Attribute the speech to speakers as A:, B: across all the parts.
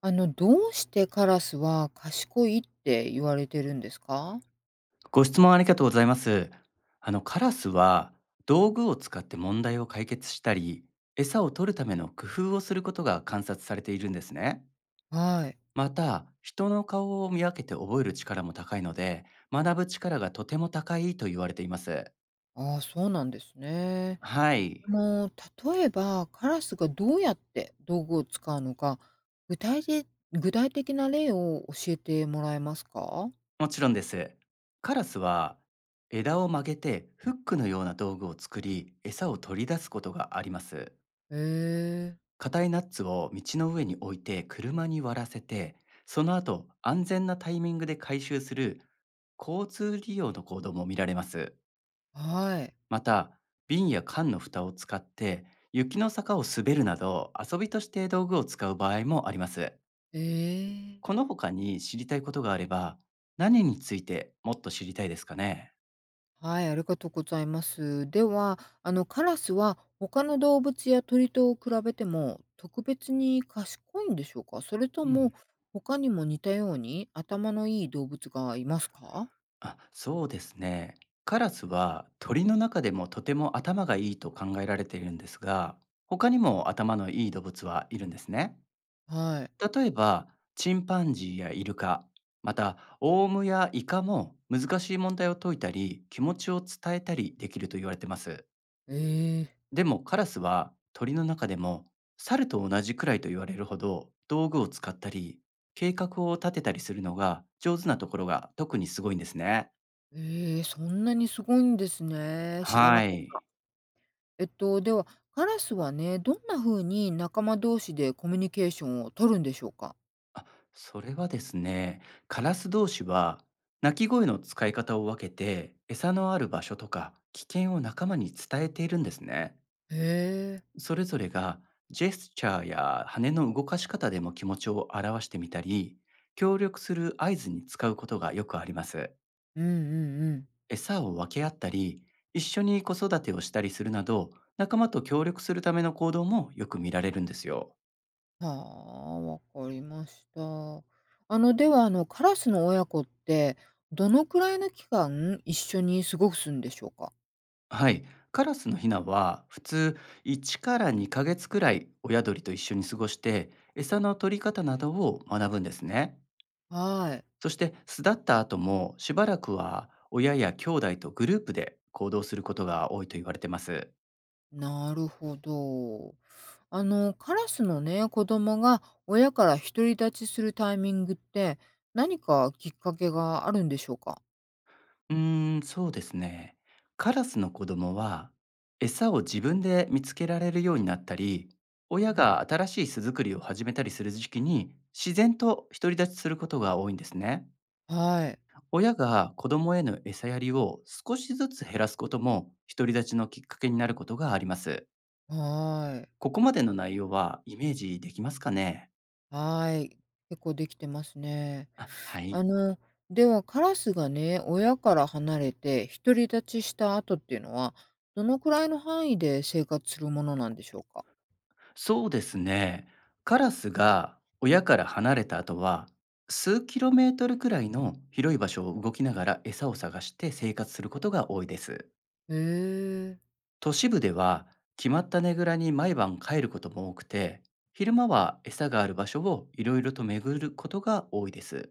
A: どうしてカラスは賢いって言われてるんですか？
B: ご質問ありがとうございます。カラスは道具を使って問題を解決したり、餌を取るための工夫をすることが観察されているんですね。
A: はい。
B: また、人の顔を見分けて覚える力も高いので、学ぶ力がとても高いと言われています。
A: ああ、そうなんですね。
B: はい、
A: あの、例えば、カラスがどうやって道具を使うのか、具体的具体的な例を教えてもらえますか？
B: もちろんです。カラスは枝を曲げてフックのような道具を作り、餌を取り出すことがあります。
A: へえ、
B: 硬いナッツを道の上に置いて車に割らせて、その後、安全なタイミングで回収する交通利用の行動も見られます。
A: はい。
B: また、瓶や缶の蓋を使って雪の坂を滑るなど遊びとして道具を使う場合もあります。
A: ええ。
B: この他に知りたいことがあれば、何についてもっと知りたいですかね。
A: はい、ありがとうございます。では、あのカラスは他の動物や鳥と比べても特別に賢いんでしょうか？それと
B: うん。
A: も他にも似たように頭のいい動物がいますか？
B: あ、そうですね。カラスは鳥の中でもとても頭がいいと考えられているんですが、他にも頭のいい動物はいるんですね。
A: はい。
B: 例えば、チンパンジーやイルカ、またオウムやイカも難しい問題を解いたり、気持ちを伝えたりできると言われてます。
A: えー。
B: でもカラスは鳥の中でも猿と同じくらいと言われるほど道具を使ったり、計画を立てたりするのが上手なところが特にすごいんですね。
A: ええ、そんなにすごいんですね。知らな
B: は
A: かっ
B: い。
A: た。えっと、では、カラスはね、どんな風に仲間同士でコミュニケーションを取るんでしょうか？
B: あ、それはですね、カラス同士は鳴き声の使い方を分けて、餌のある場所とか危険を仲間に伝えているんですね。
A: へえ。
B: それぞれがジェスチャーや羽の動かし方でも気持ちを表してみたり、協力する合図に使うことがよくあります。
A: うんうんうん。
B: 餌を分け合ったり、一緒に子育てをしたりするなど、仲間と協力するための行動もよく見られるんですよ。
A: はあ、わかりました。では、カラスの親子って、どのくらいの期間一緒に過ごすんでしょうか？
B: はい、カラスのヒナは普通1から2ヶ月くらい親鳥と一緒に過ごして餌の取り方などを学ぶんですね。
A: はい、
B: そして巣立った後もしばらくは親や兄弟とグループで行動することが多いと言われてます。
A: なるほど。あの、カラスのね、子供が親から独り立ちするタイミングって、何かきっかけがあるんでしょうか？
B: うーん、そうですね。カラスの子供は餌を自分で見つけられるようになったり、親
A: うん、
B: が新しい巣作りを始めたりする時期に自然と独り立ちすることが多いんですね。
A: はい、
B: 親が子供への餌やりを少しずつ減らすことも独り立ちのきっかけになることがあります。
A: はい、
B: ここまでの内容はイメージできますかね。
A: はい、結構できてますね。
B: あ、は
A: あ
B: い。
A: の、ではカラスがね、親から離れて独り立ちした後っていうのは、どのくらいの範囲で生活するものなんでしょうか？
B: そうですね。カラスが親から離れた後は、数キロメートルくらいの広い場所を動きながら餌を探して生活することが多いです。
A: へえ。
B: 都市部では決まったねぐらに毎晩帰ることも多くて、昼間は餌がある場所をいろいろと巡ることが多いです。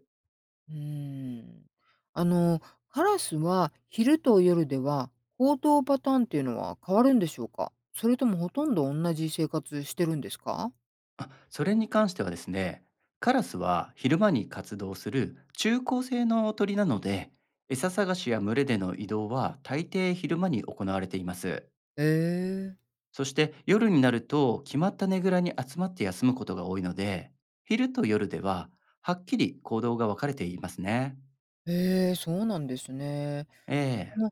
A: うーん。あの、カラスは昼と夜では行動パターンっていうのは変わるんでしょうか？それともほとんど同じ生活してるんですか？
B: あ、それに関してはですね、カラスは昼間に活動する中高生の鳥なので、餌探しや群れでの移動は大抵昼間に行われています。
A: へえ。
B: そして夜になると決まったねぐらに集まって休むことが多いので、昼と夜でははっきり行動が分かれていますね。
A: へえ、そうなんですね。
B: ええ、
A: あの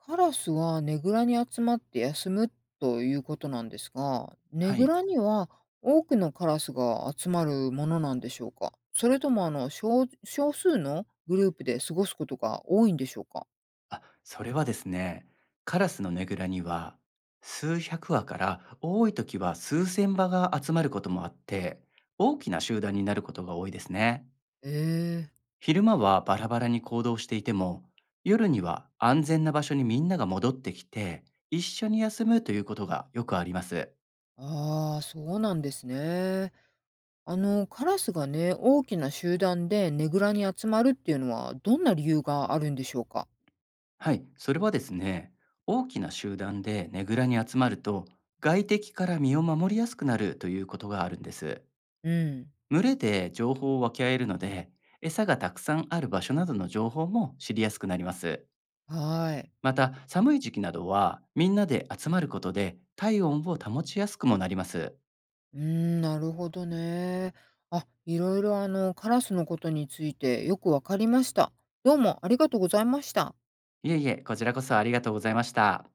A: カラスはねぐらに集まって休むということなんですが、ね
B: は
A: ぐ
B: い。
A: らには多くのカラスが集まるものなんでしょうか？それとも少数のグループで過ごすことが多いんでしょうか？
B: あ、それはですね、カラスのねぐらには数百羽から多い時は数千羽が集まることもあって、大きな集団になることが多いですね。
A: ええ、
B: 昼間はバラバラに行動していても、夜には安全な場所にみんなが戻ってきて、一緒に休むということがよくあります。
A: ああー、そうなんですね。あの、カラスがね、大きな集団でねぐらに集まるっていうのはどんな理由があるんでしょうか？
B: はい、それはですね、大きな集団でねぐらに集まると、外敵から身を守りやすくなるということがあるんです。
A: うん、
B: 群れで情報を分け合えるので、餌がたくさんある場所などの情報も知りやすくなります。
A: はい。
B: また、寒い時期などは、みんなで集まることで体温を保ちやすくもなります。
A: うーん、なるほどね。あ、いろいろあの、カラスのことについてよくわかりました。どうもありがとうございました。
B: いえいえ、こちらこそありがとうございました。